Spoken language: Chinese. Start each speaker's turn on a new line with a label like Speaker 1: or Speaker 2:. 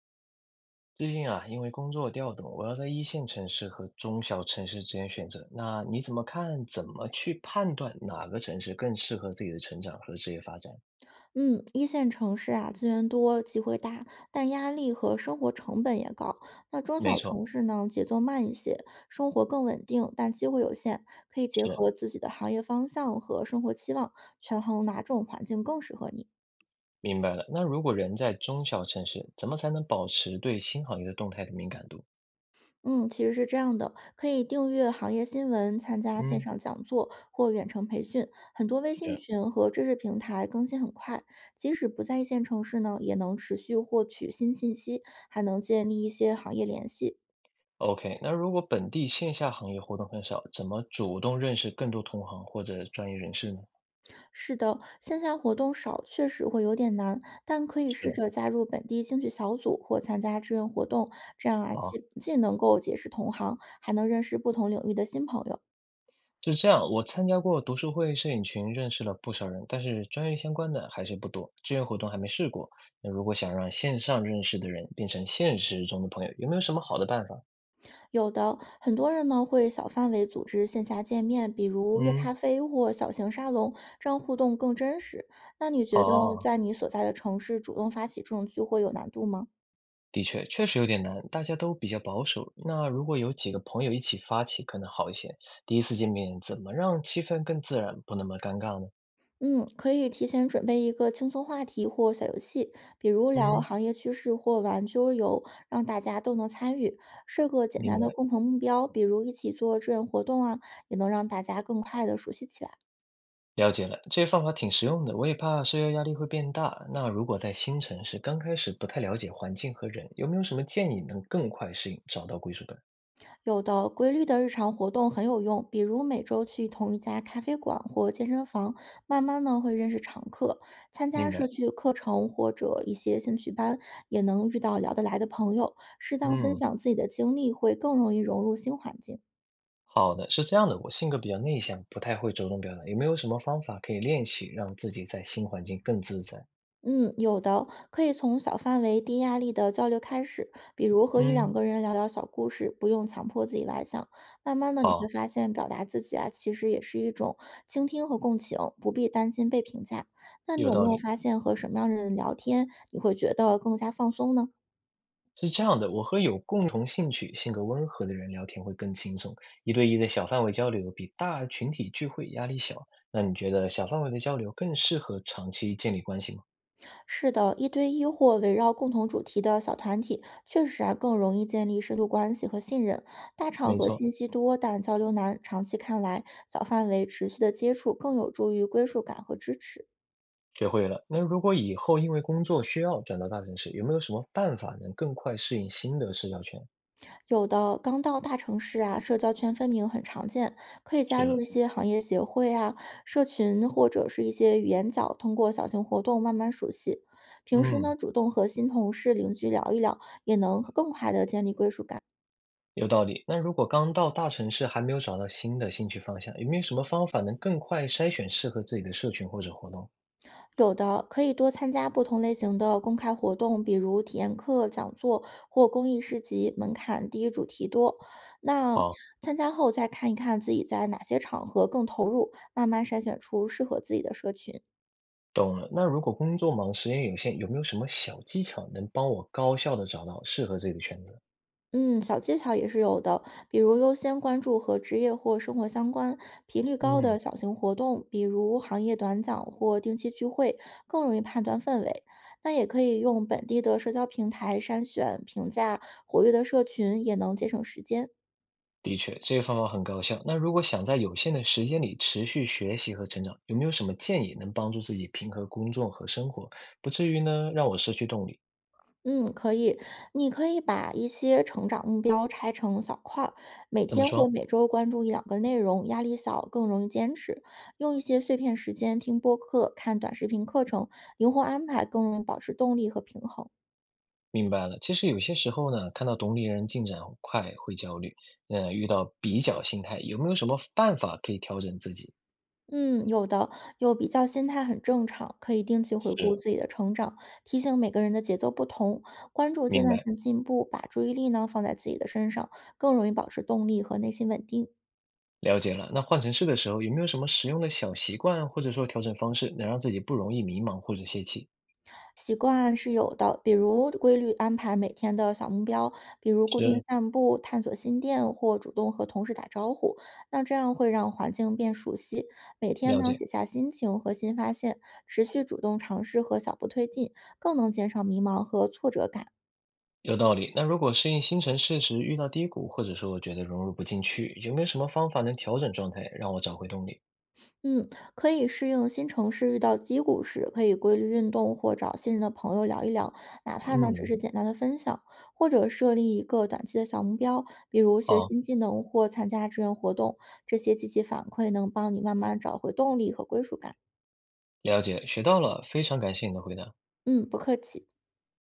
Speaker 1: 最近啊，因为工作调动，我要在一线城市和中小城市之间选择。那你怎么看？怎么去判断哪个城市更适合自己的成长和职业发展？
Speaker 2: 嗯，一线城市啊，资源多，机会大，但压力和生活成本也高。那中
Speaker 1: 没
Speaker 2: 小
Speaker 1: 错，
Speaker 2: 城市呢，节奏慢一些，生活更稳定，但机会有限。可以结
Speaker 1: 是，
Speaker 2: 合自己的行业方向和生活期望，权衡哪种环境更适合你。
Speaker 1: 明白了。那如果人在中小城市，怎么才能保持对新行业的动态的敏感度？
Speaker 2: 嗯，其实是这样的，可以订阅行业新闻，参加线
Speaker 1: 嗯，
Speaker 2: 上讲座或远程培训，很多微信
Speaker 1: 是。
Speaker 2: 群和知识平台更新很快，即使不在一线城市呢，也能持续获取新信息，还能建立一些行业联系。
Speaker 1: OK，那如果本地线下行业活动很少，怎么主动认识更多同行或者专业人士呢？
Speaker 2: 是的，线下活动少确实会有点难，但可以试
Speaker 1: 是，
Speaker 2: 着加入本地兴趣小组或参加志愿活动，这样啊，
Speaker 1: 好。
Speaker 2: 既能够结识同行，还能认识不同领域的新朋友。
Speaker 1: 是这样，我参加过读书会、摄影群，认识了不少人，但是专业相关的还是不多，志愿活动还没试过。那如果想让线上认识的人变成现实中的朋友，有没有什么好的办法？
Speaker 2: 有的很多人呢会小范围组织线下见面，比如约咖
Speaker 1: 嗯，
Speaker 2: 啡或小型沙龙，这样互动更真实。那你觉得
Speaker 1: 哦，
Speaker 2: 在你所在的城市主动发起这种聚会有难度吗？
Speaker 1: 的确，确实有点难，大家都比较保守。那如果有几个朋友一起发起，可能好一些。第一次见面，怎么让气氛更自然，不那么尴尬呢？
Speaker 2: 嗯，可以提前准备一个轻松话题或小游戏，比如聊
Speaker 1: 嗯，
Speaker 2: 行业趋势或玩桌游，让大家都能参与。设个简
Speaker 1: 明
Speaker 2: 单的
Speaker 1: 白。
Speaker 2: 共同目标，比如一起做志愿活动啊，也能让大家更快的熟悉起来。
Speaker 1: 了解了，这些方法挺实用的，我也怕社交压力会变大。那如果在新城市刚开始不太了解环境和人，有没有什么建议能更快适应，找到归属感？
Speaker 2: 有的规律的日常活动很有用，比如每周去同一家咖啡馆或健身房，慢慢呢会认识常客。参加
Speaker 1: 明
Speaker 2: 社
Speaker 1: 白。
Speaker 2: 区课程或者一些兴趣班，也能遇到聊得来的朋友。适当分
Speaker 1: 嗯，
Speaker 2: 享自己的经历，会更容易融入新环境。
Speaker 1: 好的，是这样的，我性格比较内向，不太会主动表达，有没有什么方法可以练习让自己在新环境更自在？
Speaker 2: 嗯，有的，可以从小范围、低压力的交流开始，比如和一两
Speaker 1: 嗯，
Speaker 2: 个人聊聊小故事，不用强迫自己外向。慢慢的，你会
Speaker 1: 好，
Speaker 2: 发现表达自己啊，其实也是一种倾听和共情，不必担心被评价。那你
Speaker 1: 有
Speaker 2: 有没
Speaker 1: 道
Speaker 2: 有
Speaker 1: 理。
Speaker 2: 发现和什么样的人聊天，你会觉得更加放松呢？
Speaker 1: 是这样的，我和有共同兴趣、性格温和的人聊天会更轻松，一对一的小范围交流比大群体聚会压力小。那你觉得小范围的交流更适合长期建立关系吗？
Speaker 2: 是的，一对一或围绕共同主题的小团体，确实啊更容易建立深度关系和信任。大场
Speaker 1: 没
Speaker 2: 合
Speaker 1: 错，
Speaker 2: 信息多，但交流难，长期看来，小范围持续的接触更有助于归属感和支持。
Speaker 1: 学会了。那如果以后因为工作需要转到大城市，有没有什么办法能更快适应新的社交圈？
Speaker 2: 有的刚到大城市啊，社交圈分明很常见，可以加
Speaker 1: 是，
Speaker 2: 入一些行业协会啊、社群或者是一些语言角，通过小型活动慢慢熟悉。平时
Speaker 1: 嗯，
Speaker 2: 呢，主动和新同事、邻居聊一聊，也能更快的建立归属感。
Speaker 1: 有道理。那如果刚到大城市还没有找到新的兴趣方向，有没有什么方法能更快筛选适合自己的社群或者活动？
Speaker 2: 有的可以多参加不同类型的公开活动，比如体验课、讲座或公益市集，门槛低、主题多。那
Speaker 1: 好，
Speaker 2: 参加后再看一看自己在哪些场合更投入，慢慢筛选出适合自己的社群。
Speaker 1: 懂了。那如果工作忙、时间有限，有没有什么小技巧能帮我高效的找到适合自己的圈子？
Speaker 2: 嗯，小技巧也是有的，比如优先关注和职业或生活相关、频率高的
Speaker 1: 嗯，
Speaker 2: 小型活动，比如行业短讲或定期聚会，更容易判断氛围。那也可以用本地的社交平台筛选、评价活跃的社群，也能节省时间。
Speaker 1: 的确，这个方法很高效。那如果想在有限的时间里持续学习和成长，有没有什么建议能帮助自己平衡工作和生活，不至于呢让我失去动力？
Speaker 2: 嗯，可以。你可以把一些成长目标拆成小块儿，每
Speaker 1: 怎么
Speaker 2: 天或
Speaker 1: 说？
Speaker 2: 每周关注一两个内容，压力小，更容易坚持。用一些碎片时间听播客、看短视频课程，灵活安排，更容易保持动力和平衡。
Speaker 1: 明白了。其实有些时候呢，看到懂龄人进展快会焦虑，嗯、遇到比较心态，有没有什么办法可以调整自己？
Speaker 2: 嗯，有的，有比较心态很正常，可以定期回顾
Speaker 1: 是，
Speaker 2: 自己的成长，提醒每个人的节奏不同，关注阶
Speaker 1: 明
Speaker 2: 段
Speaker 1: 白。
Speaker 2: 性进步，把注意力呢放在自己的身上，更容易保持动力和内心稳定。
Speaker 1: 了解了。那换城市的时候，有没有什么实用的小习惯，或者说调整方式，能让自己不容易迷茫或者泄气？
Speaker 2: 习惯是有的，比如规律安排每天的小目标，比如固定
Speaker 1: 是，
Speaker 2: 散步、探索新店或主动和同事打招呼。那这样会让环境变熟悉。每天
Speaker 1: 了
Speaker 2: 呢，
Speaker 1: 解，
Speaker 2: 写下心情和新发现，持续主动尝试和小步推进，更能减少迷茫和挫折感。
Speaker 1: 有道理。那如果适应新城市时遇到低谷，或者说我觉得融入不进去，有没有什么方法能调整状态，让我找回动力？
Speaker 2: 嗯，可以适应新城市遇到低谷时，可以规律运动或找信任的朋友聊一聊，哪怕呢只
Speaker 1: 嗯，
Speaker 2: 是简单的分享，或者设立一个短期的小目标，比如学
Speaker 1: 好，
Speaker 2: 新技能或参加志愿活动，这些积极反馈能帮你慢慢找回动力和归属感。
Speaker 1: 了解，学到了，非常感谢你的回答。
Speaker 2: 嗯，不客气。